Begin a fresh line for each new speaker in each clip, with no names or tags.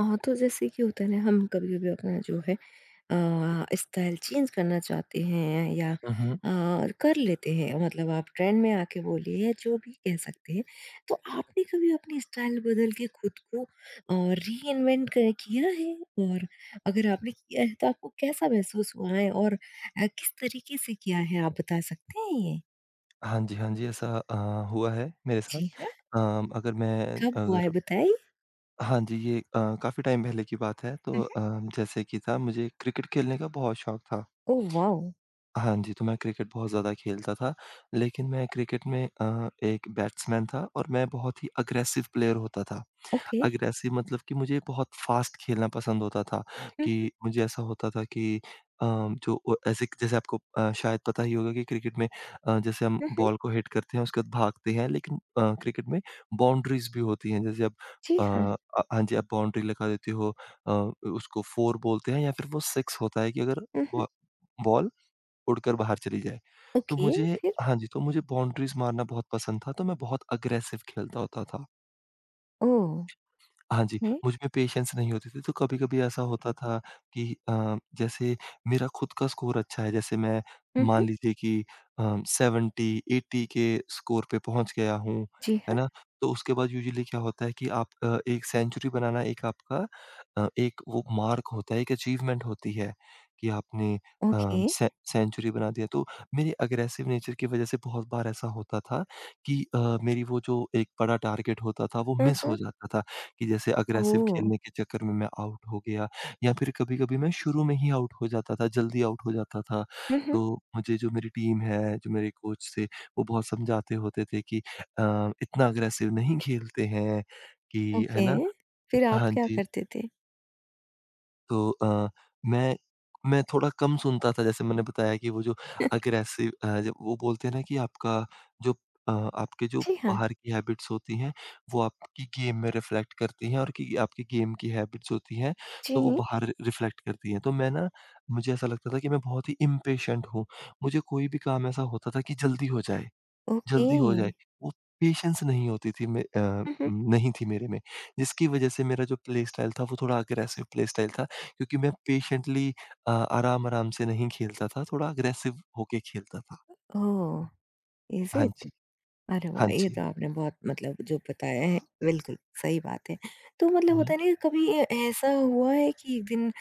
हाँ, तो जैसे कि होता है ना हम कभी-कभी अपना जो है स्टाइल चेंज करना चाहते हैं या
हुँ, हुँ।
कर लेते हैं मतलब आप ट्रेंड में आके बोलिए या जो भी कह सकते हैं। तो आपने कभी अपनी स्टाइल बदल के खुद को रीइन्वेंट क किया है? और अगर आपने किया है तो आपको कैसा महसूस हुआ है और किस तरीके से किया है आप बता सकते हैं ये?
हाँ जी, हाँ जी, ऐसा हुआ है मेरे साथ।
जी हाँ,
अम, अगर मैं
कब हुआ है
अगर
बताइए?
हाँ जी, ये काफ़ी टाइम पहले की बात है।
हुँ,
तो
हुँ।
जैसे कि था, मुझे क्रिकेट खेलने का बहुत शौक था।
Oh wow!
हाँ जी, तो मैं क्रिकेट बहुत ज़्यादा खेलता था, लेकिन मैं क्रिकेट में एक बैट्समैन था और मैं बहुत ही अग्रेसिव प्लेयर होता था।
ओके।
अग्रेसिव मतलब कि मुझे बहुत फ़ास्ट खेलना पसंद होता था,
हुँ, हुँ,
कि मुझे ऐसा होता था कि अ, जो ओ ऐसे कि- जैसे आपको शायद पता ही होगा कि क्रिकेट में, जैसे हम
हुँ, हुँ।
बॉल को हिट करते हैं, उसके बाद भागते हैं, लेकिन क्रिकेट में बाउंड्रीज़ भी होती हैं। जैसे आप
जी
अ,
हाँ।
अ, हाँ जी, आप बाउंड्री लगा देते हो, अ, उसको 4 बोलते हैं, या फिर वो 6 होता है, कि अगर
हुँ, हुँ।
बॉ बॉल उड़कर बाहर चली जाए। तो
ओके
मुझे
फिर?
हाँ जी, तो मुझे बाउंड्रीज़ मारना बहुत पसंद था, तो मैं बहुत अग्रेसिव खेलता होता था।
ओह!
हाँ जी,
ओके।
मुझ में पेशेंस नहीं होती थी, तो कभी-कभी ऐसा होता था कि जैसे मेरा खुद का स्कोर अच्छा है, जैसे मैं
हुँ, हुँ।
मान लीजिए कि 70, 80 के स्कोर पे पहुँच गया हूँ,
जी
है
हाँ,
ना? तो उसके बाद यूजुअली क्या होता है कि आप एक सेंचुरी बनाना एक आपका एक वो मार्क होता है, एक अचीवमेंट होती है कि आपने अ,
ओके।
से सेंचुरी बना दिया। तो मेरे अग्रेसिव नेचर की वज़ह से बहुत बार ऐसा होता था कि मेरी वो जो एक बड़ा टारगेट होता था, वो
हुँ,
मिस
हुँ।
हो जाता था। कि जैसे अग्रेसिव
ओह!
खेलने के चक्कर में मैं आउट हो गया, या फिर कभी-कभी मैं शुरू में ही आउट हो जाता था, जल्दी आउट हो जाता था।
हुँ, हुँ।
तो मुझे जो मेरी टीम है, जो मेरे कोच थे, वो बहुत समझाते होते थे कि अ, इतना अग्रेसिव नहीं खेलते हैं, कि है
ओके,
ना?
फिर आप
हाँ
क्या
जी।
करते थे?
तो मैं मैं थोड़ा कम सुनता था, जैसे मैंने बताया कि वो जो अग्रेसिव, जब वो बोलते हैं ना कि आपका जो, अ, आपके जो
जी हाँ,
बाहर की हैबिट्स होती हैं, वो आपकी गेम में रिफ्लेक्ट करती हैं, और कि आपकी गेम की हैबिट्स होती हैं, तो वो
जी।
बाहर रिफ्लेक्ट करती हैं। तो मैं ना मुझे ऐसा लगता था कि मैं बहुत ही इम्पेशेंट हूँ। मुझे कोई भी काम ऐसा होता था कि जल्दी हो जाए।
ओके।
जल्दी हो जाए, वो पेशेंस नहीं होती थी,
हुँ, हुँ।
नहीं थी मेरे में, जिसकी वज़ह से मेरा जो प्ले स्टाइल था, वो थोड़ा अग्रेसिव प्ले स्टाइल था, क्योंकि मैं पेशेंटली आराम-आराम से नहीं खेलता था, थोड़ा अग्रेसिव होके खेलता था।
ओह! इज़
हाँ
इट?
जी,
अरे वाह!
हाँ
ये
जी।
तो आपने बहुत मतलब जो बताया है, बिल्कुल सही बात है। तो मतलब
हुँ,
होता
हुँ।
है ना कभी ए ऐसा हुआ है कि एक दिन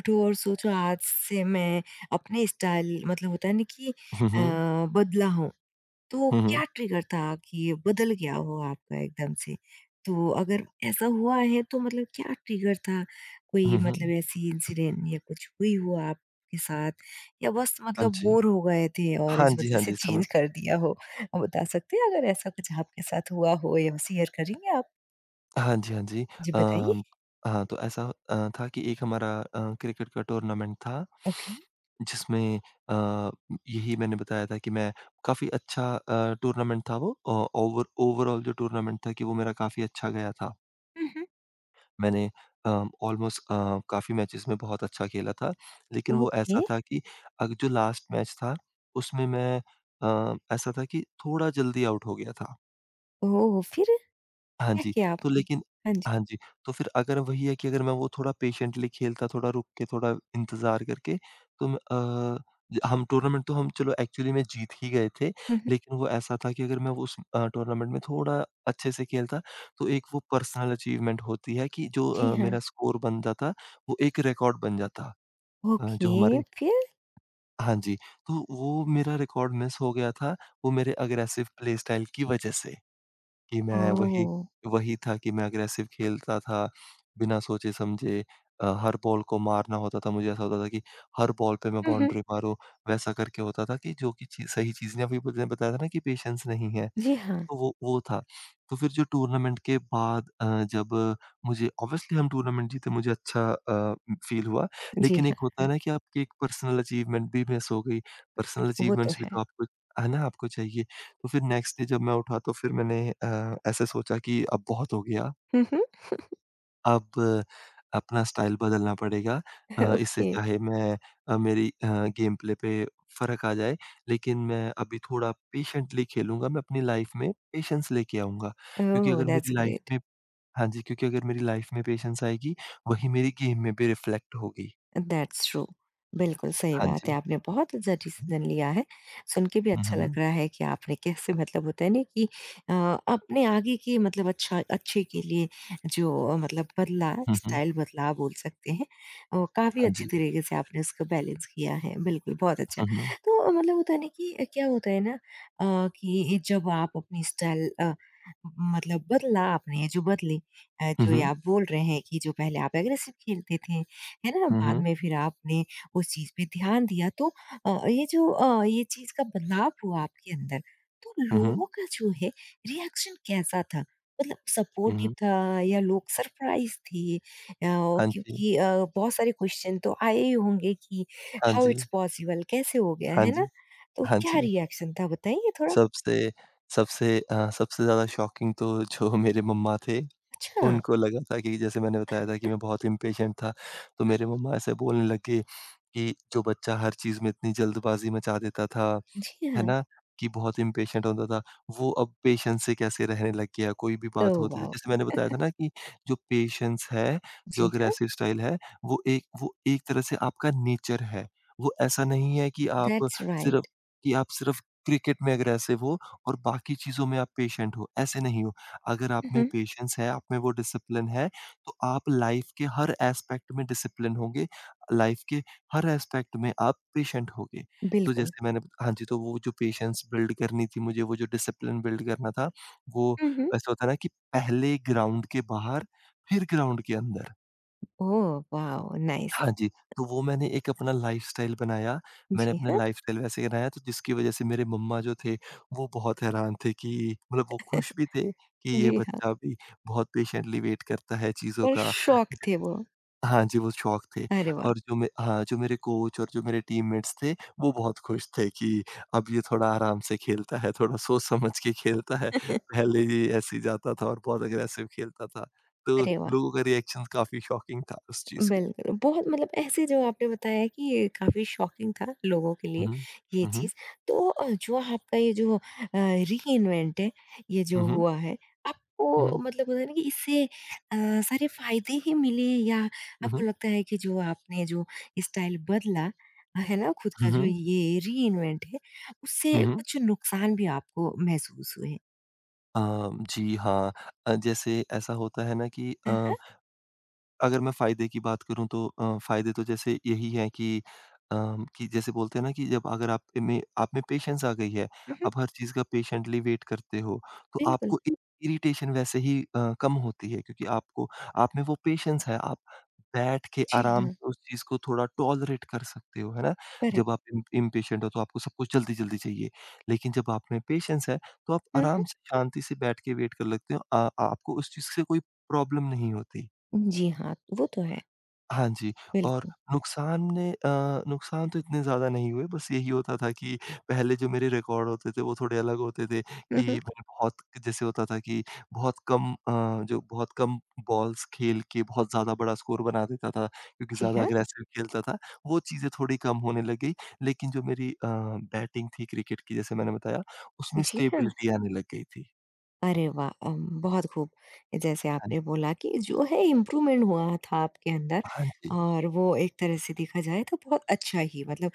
उठो और सोचो आज से मैं अपने स्टाइल मतलब होता है ना कि
हुँ,
अ,
हुँ।
बदला हूँ? तो
हुँ, हुँ।
क्या ट्रिगर था कि ये बदल गया हो आपका एकदम से? तो अगर ऐसा हुआ है तो मतलब क्या ट्रिगर था? कोई
हुँ,
मतलब
हुँ।
ऐसी इंसिडेंट या कुछ हुई हो आपके साथ या बस
हाँ
मतलब
जी।
बोर हो गए थे और
हाँ
इस
जी,
वज़ह
हाँ
से
जी, समझ
चेंज कर दिया हो? आप बता सकते हैं अगर ऐसा कुछ आपके साथ हुआ हो या शेयर करेंगे आप?
हाँ जी, हाँ जी।
जी बताइए।
अम, हाँ, तो ऐसा था कि एक हमारा क्रिकेट का टूर्नामेंट था,
ओके।
जिसमें अ, यही मैंने बताया था कि मैं काफ़ी अच्छा, टूर्नामेंट था वो, ओवरऑल जो टूर्नामेंट था, कि वो मेरा काफ़ी अच्छा गया था।
हुँ, हुँ।
मैंने अ, ऑलमोस्ट काफ़ी मैचेज़ में बहुत अच्छा खेला था, लेकिन वो
ओके।
ऐसा था कि अग जो लास्ट मैच था, उसमें मैं ऐसा था कि थोड़ा जल्दी आउट हो गया था।
ओह! फिर
हाँ
क्या
जी,
किया
तो
आपने?
लेकिन
हाँ जी।
हाँ जी, तो फिर अगर वही है कि अगर मैं वो थोड़ा पेशेंटली खेलता, थोड़ा रुक के, थोड़ा इंतज़ार करके, तो म अ, ज हम टूर्नामेंट, तो हम, चलो एक्चुअली में जीत ही गए थे,
हुँ, हुँ।
लेकिन वो ऐसा था कि अगर मैं वो उस टूर्नामेंट में थोड़ा अच्छे से खेलता, तो एक वो पर्सनल अचीवमेंट होती है कि जो
जी हाँ।
मेरा स्कोर बन जाता, वो एक रिकॉर्ड बन जाता, अ, जो
ओके,
हमारे
फिर?
हाँ जी, तो वो मेरा रिकॉर्ड मिस हो गया था, वो मेरे अग्रेसिव प्ले स्टाइल की वज़ह से। कि मैं वही
ओह!
वही था कि मैं अग्रेसिव खेलता था, बिना सोचे-समझे, हर बॉल को मारना होता था, मुझे ऐसा होता था कि हर बॉल पे मैं
हुँ, हुँ।
बाउंड्री मारूँ। वैसा करके होता था कि जो कि ची सही चीज़ ने अभी मुझे बताया था ना कि पेशेंस नहीं है।
जी हाँ।
तो वो था। तो फिर जो टूर्नामेंट के बाद, जब मुझे ऑब्वियसली, हम टूर्नामेंट जीते, मुझे अच्छा फ़ील हुआ।
जी।
लेकिन एक होता है ना कि आपकी एक पर्सनल अचीवमेंट भी मिस हो गई। पर्सनल
वो तो
अचीवमेंट्स भी
है।
तो आपको, है ना, आपको चाहिए। तो फिर नेक्स्ट डे जब मैं उठा, तो फिर मैंने ऐसे सोचा कि अब बहुत हो गया।
हुँ, हुँ।
अब अपना स्टाइल बदलना पड़ेगा। इससे
ओके।
चाहे मेरी गेम प्ले पे फ़र्क आ जाए, लेकिन मैं अभी थोड़ा पेशेंटली खेलूँगा, मैं अपनी लाइफ़ में पेशेंस लेके आऊँगा।
ओह!
क्योंकि अगर
दैट्स
मेरी लाइफ़
ग्रेट।
में हाँ जी, क्योंकि अगर मेरी लाइफ़ में पेशेंस आएगी, वही मेरी गेम में भी रिफ्लेक्ट होगी।
That's true. बिल्कुल, सही
हाँ
बात है।
जी।
आपने बहुत अच्छा डिसीज़न लिया है। सुन के भी
हुँ,
अच्छा लग
हुँ।
रहा है कि आपने कैसे मतलब होता है ना कि अ, अपने आगे की मतलब अच्छे के लिए जो मतलब बदला
हुँ, हुँ।
स्टाइल बदलाव बोल सकते हैं। और काफ़ी
हाँ
अच्छे
जी।
तरीके से आपने उसको बैलेंस किया है। बिल्कुल, बहुत अच्छा।
हुँ, हुँ।
तो मतलब होता है ना कि क्या होता है ना कि जब आप अपनी स्टाइल मतलब बदला आपने जो बदली
हुँ,
जो ये
हुँ।
आप बोल रहे हैं कि जो पहले आप एग्रेसिव खेलते थे है ना?
हुँ,
बाद
हुँ।
में फिर आपने उस चीज़ पे ध्यान दिया तो ये चीज़ का बदलाव हुआ आपके अंदर, तो
हुँ, हुँ।
लोगों का जो है रिएक्शन कैसा था? मतलब
हुँ,
सपोर्टिव
हुँ।
था या लोग सरप्राइज़ थे?
हाँ जी।
क्योंकि बहुत सारे क्वेश्चन तो आए ही होंगे कि
हाँ
हाउ
जी।
इट्स पॉसिबल कैसे हो गया,
हाँ
है ना?
जी।
तो
हाँ
क्या
जी।
रिएक्शन था बताइए थोड़ा?
सबसे सबसे सबसे ज़्यादा शॉकिंग तो जो मेरे मम्मा थे,
अच्छा,
उनको लगा था कि जैसे मैंने बताया था कि मैं बहुत इम्पेशेंट था, तो मेरे
हुँ,
मम्मा ऐसे बोलने लग गए कि जो बच्चा हर चीज़ में इतनी जल्दबाज़ी मचा देता था,
जी
है
हाँ।
ना? कि बहुत इम्पेशेंट होता था, वो अब पेशेंस से कैसे रहने लग गया, कोई भी बात
ओह
होती थी।
वाओ!
जैसे मैंने बताया था ना कि जो पेशेंस है,
जी
जो
हाँ,
अग्रेसिव स्टाइल है, वो एक, वो एक तरह से आपका नेचर है। वो ऐसा नहीं है कि
दैट्स
सिर्फ़
राइट।
आप सिर्फ़ क्रिकेट में अग्रेसिव हो और बाकी चीज़ों में आप पेशेंट हो, ऐसे नहीं हो। अगर आप
हुँ,
में
हुँ,
पेशेंस है, आप में वो डिसिप्लिन है, तो आप लाइफ़ के हर एस्पेक्ट में डिसिप्लिन होंगे, लाइफ़ के हर एस्पेक्ट में आप पेशेंट होगे। तो
बिल्कुल।
जैसे मैंने हाँ जी, तो वो जो पेशेंस बिल्ड करनी थी मुझे, वो जो डिसिप्लिन बिल्ड करना था, वो
हुँ, हुँ।
ऐसा होता है ना कि पहले ग्राउंड के बाहर, फिर ग्राउंड के अंदर।
Oh wow! नाइस।
हाँ जी, तो वो मैंने एक अपना लाइफ़स्टाइल बनाया। मैंने
जी
अपना
हाँ,
लाइफ़स्टाइल वैसे बनाया, तो जिसकी वज़ह से मेरे मम्मा जो थे, वो बहुत हैरान थे कि, मतलब वो खुश भी थे कि ये
जी हाँ।
बच्चा अभी बहुत पेशेंटली वेट करता है चीज़ों
और
का।
शौक थे वो।
हाँ जी, वो शौक थे।
अरे वाह!
और जो मैं हाँ, जो मेरे कोच और जो मेरे टीममेट्स थे, वो बहुत खुश थे कि अब ये थोड़ा आराम से खेलता है, थोड़ा सोच समझ के खेलता है। पहले ये ऐसे ही जाता था और बहुत अग्रेसिव खेलता था। तो
अरे वाह!
लोगों का रिएक्शन काफ़ी शॉकिंग था उस चीज़ के।
बिल्कुल, बहुत मतलब ऐसे जो आपने बताया कि ये काफ़ी शॉकिंग था लोगों के
हुँ,
लिए
हुँ।
ये
हुँ, हुँ।
चीज़। तो जो आपका रीइन्वेंट है, ये जो
हुँ,
हुआ है, आपको
हुँ।
मतलब होता है ना कि इससे सारे फ़ायदे ही मिले या
हुँ,
आपको
हुँ।
लगता है कि जो आपने जो स्टाइल बदला, है ना? खुद का
हुँ,
जो
हुँ।
ये रीइन्वेंट है,
हुँ,
उससे
हुँ।
कुछ नुकसान भी आपको महसूस हुए?
जी हाँ। जैसे ऐसा होता है ना कि,
हाँ, हाँ।
अगर मैं फ़ायदे की बात करूँ, तो फ़ायदे तो जैसे यही हैं कि कि जैसे बोलते हैं ना, कि जब अगर आप में पेशेंस आ गई है,
हुँ, हुँ।
आप हर चीज़ का पेशेंटली वेट करते हो, तो
बिल्कुल।
आपको इ इरिटेशन वैसे ही कम होती है, क्योंकि आपको, आप में वो पेशेंस है, आप बैठ के
जी
आराम
हाँ,
से उस चीज़ को थोड़ा टॉलरेट कर सकते हो, है ना? जब
करेक्ट।
आप इम इम्पेशेंट हो, तो आपको सब कुछ जल्दी-जल्दी चाहिए, लेकिन जब आप में पेशेंस है, तो आप
हुँ,
आराम से शांति से बैठ के वेट कर लेते हो। आपको उस चीज़ से कोई प्रॉब्लम नहीं होती।
हुँ। जी हाँ, वो तो है,
हाँ जी, और
बिल्कुल।
नुकसान, नुकसान तो इतने ज़्यादा नहीं हुए, बस यही होता था कि पहले जो मेरे रिकॉर्ड होते थे, वो थोड़े अलग होते थे,
हुँ,
कि
हुँ।
मैंने बहुत, जैसे होता था कि बहुत कम बॉल्स खेल के बहुत ज़्यादा बड़ा स्कोर बना देता था, क्योंकि
जी
ज़्यादा
हाँ,
अग्रेसिव खेलता था, वो चीज़ें थोड़ी कम होने लग गई। लेकिन जो मेरी बैटिंग थी क्रिकेट की, जैसे मैंने बताया, उसमें
जी हाँ।
स्टेबिलिटी आने लग गई थी।
अरे वाह! बहुत खूब। जैसे
हाँ
आपने
जी,
बोला कि जो है इम्प्रूवमेंट हुआ था आपके अंदर
हाँ जी,
और वो एक तरह से देखा जाए तो बहुत अच्छा ही मतलब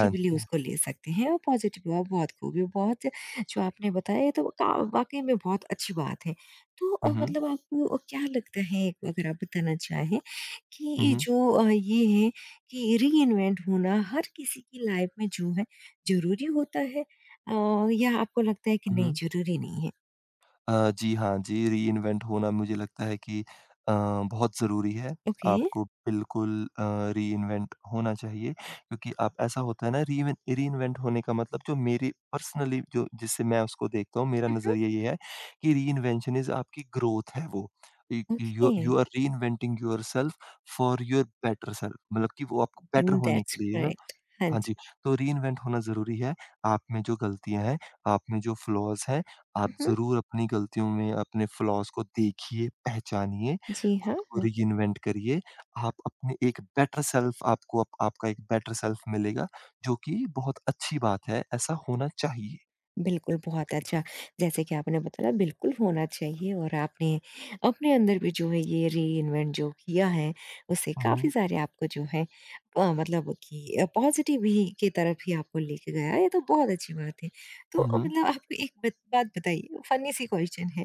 हाँ जी।
उसको ले सकते हैं और पॉज़िटिव हुआ बहुत खूब ये बहुत जो आपने बताया तो का वाक़ई में बहुत अच्छी बात है। तो
हुँ, हुँ।
मतलब आपको क्या लगता है एक अगर आप बताना चाहें कि
हुँ, हुँ।
ये है कि रीइन्वेंट होना हर किसी की लाइफ़ में जो है ज़रूरी होता है या आपको लगता है कि
हुँ,
नहीं
हुँ।
ज़रूरी नहीं है?
जी हाँ, जी, रीइन्वेंट होना मुझे लगता है कि अ, बहुत ज़रूरी है।
Okay.
आपको बिल्कुल अ, रीइन्वेंट होना चाहिए, क्योंकि आप, ऐसा होता है ना, रीइवेन रीइन्वेंट होने का मतलब, जो मेरी पर्सनली, जो जिससे मैं उसको देखता हूँ, मेरा
Uh huh.
नज़रिया ये है कि रीइन्वेंशन इज़ आपकी ग्रोथ है वो। इ you
Okay.
You are reinventing yourself for your better self, मतलब कि वो आपको बेटर होने
That's
के लिए ना।
correct.
हाँ
Yes.
जी, तो रीइन्वेंट होना ज़रूरी है। आप में जो गलतियाँ हैं, आप में जो फ्लॉज़ हैं,
Uh
आप
huh.
ज़रूर अपनी गलतियों में अपने फ्लॉज़ को देखिए, पहचानिए,
Ji ha.
खुद को रीइन्वेंट करिए। आप अपने एक बेटर सेल्फ, आपको आप, आपका एक बेटर सेल्फ मिलेगा, जो कि बहुत अच्छी बात है, ऐसा होना चाहिए।
बिल्कुल, बहुत अच्छा। जैसे कि आपने बताया बिल्कुल होना चाहिए और आपने अपने अंदर भी जो है ये रीइन्वेंट जो किया है, उससे
हुँ,
काफ़ी
हुँ।
सारे आपको जो है मतलब कि पॉज़िटिव ही की तरफ ही आपको लेके गया, ये तो बहुत अच्छी बात है। तो
हुँ, हुँ।
मतलब आपको एक बत बात बताइए, फ़नी सी क्वेश्चन है।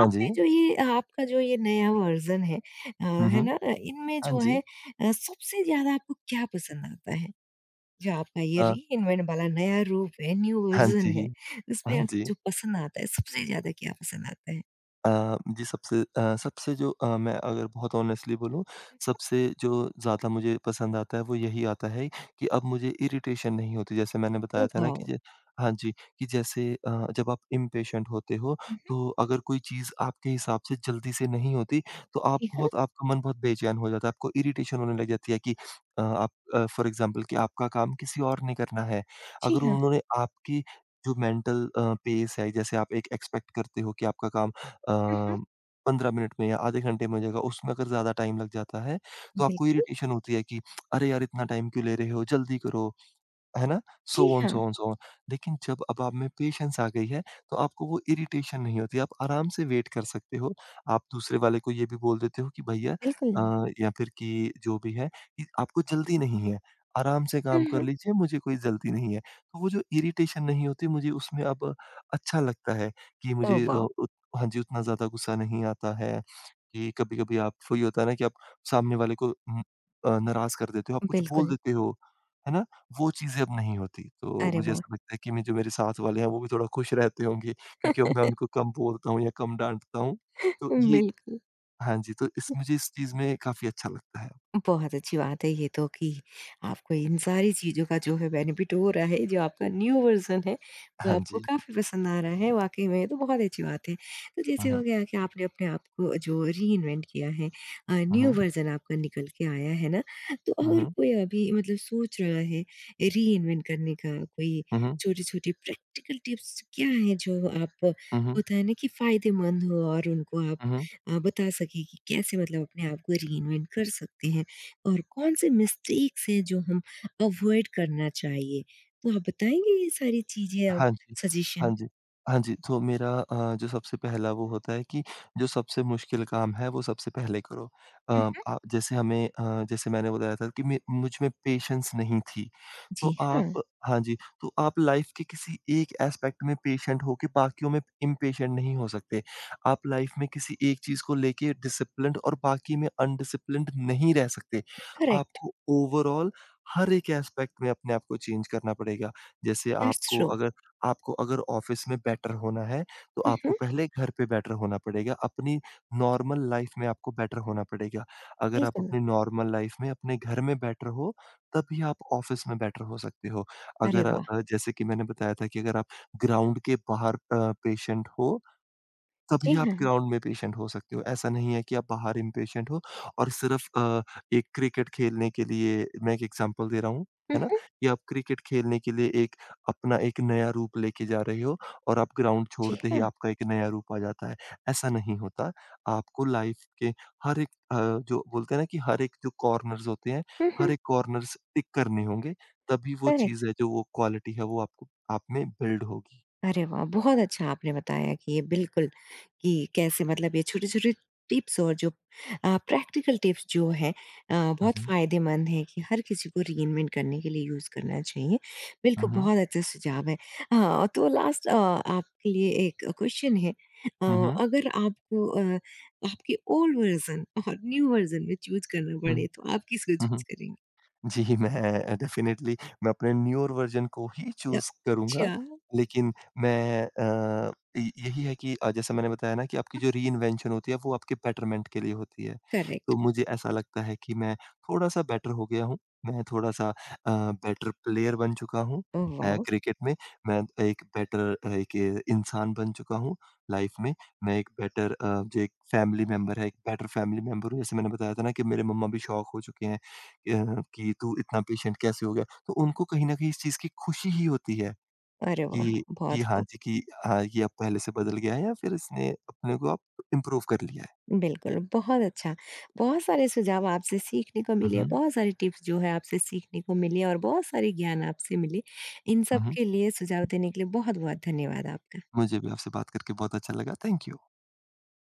हाँ जी।
आपने जो ये आपका जो ये नया वर्ज़न है
हुँ,
है
हुँ।
ना? इनमें
हाँ
जो है
जी।
सबसे ज़्यादा आपको क्या पसंद आता है? जो आपका ये
अ,
रीइन्वेंट वाला नया रूप है, न्यू
हाँ
वर्ज़न
जी,
है, उसमें
हाँ
आपको
जी।
जो पसंद आता है, सबसे ज़्यादा क्या पसंद आता है?
जी, सबसे जो, मैं अगर बहुत ऑनेस्टली बोलूँ, सबसे जो ज़्यादा मुझे पसंद आता है, वो यही आता है कि अब मुझे इरिटेशन नहीं होती। जैसे मैंने बताया
ओह
था ना
वाओ!
कि ज हाँ जी, कि जैसे जब आप इम्पेशेंट होते हो,
हुँ, हुँ।
तो अगर कोई चीज़ आपके हिसाब से जल्दी से नहीं होती, तो आप
जी हाँ,
बहुत आपका मन बहुत बेचैन हो जाता है, आपको इरिटेशन होने लग जाती है कि आप फॉर एग्ज़ाम्पल कि आपका काम किसी और ने करना है।
जी
अगर
हाँ।
उन्होंने आपकी जो मेंटल पेस है, जैसे आप एक एक्सपेक्ट करते हो कि आपका काम
हुँ, हुँ।
15 मिनट में या आधे घंटे में हो जाएगा, उसमें अगर ज़्यादा टाइम लग जाता है, तो आपको
बिल्कुल।
इरिटेशन होती है कि अरे यार! इतना टाइम क्यों ले रहे हो? जल्दी करो। है ना? सो
जी
ऑन,
हाँ,
सो ऑन, सो ऑन। लेकिन जब अब आप में पेशेंस आ गई है, तो आपको वो इरिटेशन नहीं होती, आप आराम से वेट कर सकते हो। आप दूसरे वाले को ये भी बोल देते हो कि भैया
बिल्कुल।
अ, या फिर कि जो भी है कि आपको जल्दी नहीं है, आराम से
हुँ,
काम कर
हुँ।
लीजिए, मुझे कोई जल्दी नहीं है। तो वो जो इरिटेशन नहीं होती, मुझे उसमें अब अच्छा लगता है कि
ओह
मुझे अ,
वाओ!
उत हाँ जी, उतना ज़्यादा गुस्सा नहीं आता है कि कभी-कभी आप वही होता है ना कि आप सामने वाले को नाराज़ कर देते हो, आप कुछ बोल
बिल्कुल,
देते हो, है ना? वो चीज़ें अब नहीं होती। तो
अरे
मुझे
वाह!
ऐसा लगता है कि मैं जो मेरे साथ वाले हैं वो भी थोड़ा खुश रहते होंगे क्योंकि अब मैं उनको कम बोलता हूँ या कम डाँटता हूँ। तो ये
बिल्कुल।
हाँ जी, तो इस मुझे इस चीज़ में काफ़ी अच्छा लगता है।
बहुत अच्छी बात है ये तो कि आपको इन सारी चीज़ों का जो है बेनिफिट हो रहा है, जो आपका न्यू वर्ज़न है, वो
हाँ
आपको
जी।
काफ़ी पसंद आ रहा है, वाक़ई में ये तो बहुत अच्छी बात है। तो
हुँ,
जैसे हो
हुँ।
गया कि आपने अपने आप को जो रीइन्वेंट किया है
हुँ,
न्यू
हुँ।
वर्ज़न आपका निकल के आया है ना, तो
हुँ,
अगर
हुँ।
कोई अभी मतलब सोच रहा है रीइन्वेंट करने का, कोई
हुँ, हुँ।
छोटी-छोटी प्रैक्टिकल टिप्स क्या हैं जो आप
हुँ, हुँ।
होता है ना कि फ़ायदेमंद हो और उनको आप
हुँ, हुँ।
बता सकें कि कैसे मतलब अपने आप को रीइन्वेंट कर सकते हैं? और कौन-से मिस्टेक्स हैं जो हम अवॉइड करना चाहिए? तो आप बताएँगे ये सारी चीज़ें अब
हाँ जी, हाँ
सजेशन?
जी, हाँ जी। तो मेरा जो सबसे पहला वो होता है कि जो सबसे मुश्किल काम है वो सबसे पहले करो।
हुँ, हुँ।
आप जैसे मैंने बताया था कि मे मुझ में पेशेंस नहीं थी।
जी
तो
हाँ,
आप हाँ जी, तो आप लाइफ़ के किसी एक एस्पेक्ट में पेशेंट होके बाकियों में इम्पेशेंट नहीं हो सकते। आप लाइफ़ में किसी एक चीज़ को लेके डिसिप्लिन्ड और बाकी में अनडिसिप्लिन्ड नहीं रह सकते।
करेक्ट,
आपको ओवरऑल हर एक एस्पेक्ट में अपने आप को चेंज करना पड़ेगा। जैसे
दैट्स ट्रू।
आपको अगर ऑफ़िस में बेटर होना है, तो
हुँ,
आपको
हुँ।
पहले घर पे बेटर होना पड़ेगा। अपनी नॉर्मल लाइफ़ में आपको बेटर होना पड़ेगा। अगर आप
बिल्कुल,
अपनी नॉर्मल लाइफ़ में अपने घर में बेटर हो, तभी आप ऑफ़िस में बेटर हो सकते हो।
अरे
अगर अ,
वाह!
जैसे कि मैंने बताया था कि अगर आप ग्राउंड के बाहर पेशेंट हो
जी
तभी आप
हाँ,
ग्राउंड में पेशेंट हो सकते हो। ऐसा नहीं है कि आप बाहर इम्पेशेंट हो और एक क्रिकेट खेलने के लिए मैं एक एग्ज़ाम्पल दे रहा हूँ,
हुँ,
है ना?
हुँ,
कि आप क्रिकेट खेलने के लिए एक अपना एक नया रूप लेके जा रहे हो और आप ग्राउंड
जी
छोड़ते ही
हाँ,
आपका एक नया रूप आ जाता है। ऐसा नहीं होता। आपको लाइफ़ के हर एक जो बोलते हैं ना कि हर एक जो कॉर्नर्स होते हैं,
हुँ,
हर
हुँ,
एक कॉर्नर्स टिक करने होंगे, तभी वो
करेक्ट।
चीज़ है जो वो क्वालिटी है वो आपको आप में बिल्ड होगी।
अरे वाह! बहुत अच्छा आपने बताया कि ये बिल्कुल कि कैसे मतलब ये छोटे-छोटे टिप्स और जो प्रैक्टिकल टिप्स जो हैं
हुँ,
बहुत
हुँ।
फ़ायदेमंद हैं कि हर किसी को रीइन्वेंट करने के लिए यूज़ करना चाहिए।
हुँ,
बिल्कुल
हुँ।
बहुत अच्छा सुझाव है। हाँ, तो लास्ट आपके लिए एक क्वेश्चन है
हुँ, हुँ।
अगर आपको आपके ओल्ड वर्ज़न और न्यू वर्ज़न में चूज़ करना पड़े तो आप किसको
हुँ,
चूज़
हुँ।
करेंगे?
जी, मैं डेफ़िनेटली मैं अपने न्यूअर वर्ज़न को ही चूज़ करूँगा।
अच्छा,
लेकिन मैं अ, य यही है कि जैसा मैंने बताया ना कि आपकी जो रीइन्वेंशन होती है, वो आपके बेटरमेंट के लिए होती है।
करेक्ट।
तो मुझे ऐसा लगता है कि मैं थोड़ा-सा बेटर हो गया हूँ। मैं बेटर प्लेयर बन चुका हूँ
ओह वाओ!
क्रिकेट में। मैं एक बेटर इंसान बन चुका हूँ लाइफ़ में। मैं एक बेटर, जो एक फैमिली मेंबर है, एक बेटर फैमिली मेंबर हूँ। जैसे मैंने बताया था ना कि मेरे मम्मा भी शौक हो चुके हैं। कि तू इतना पेशेंट कैसे हो गया? तो उनको कहीं न कहीं इस चीज़ की खुशी ही होती है
अरे वाह!
कि कि
बहुत
हाँ जी, कि हाँ, ये अब पहले से बदल गया है या फिर इसने अपने को अब इम्प्रूव कर लिया है।
बिल्कुल, बहुत अच्छा। बहुत सारे सुझाव आपसे सीखने को
हुँ,
मिले,
हुँ।
बहुत सारे टिप्स जो है आपसे सीखने को मिले और बहुत सारे ज्ञान आपसे मिले। इन
हुँ,
सब
हुँ।
के लिए सुझाव देने के लिए बहुत-बहुत धन्यवाद आपका।
मुझे भी आपसे बात करके बहुत अच्छा लगा। Thank you.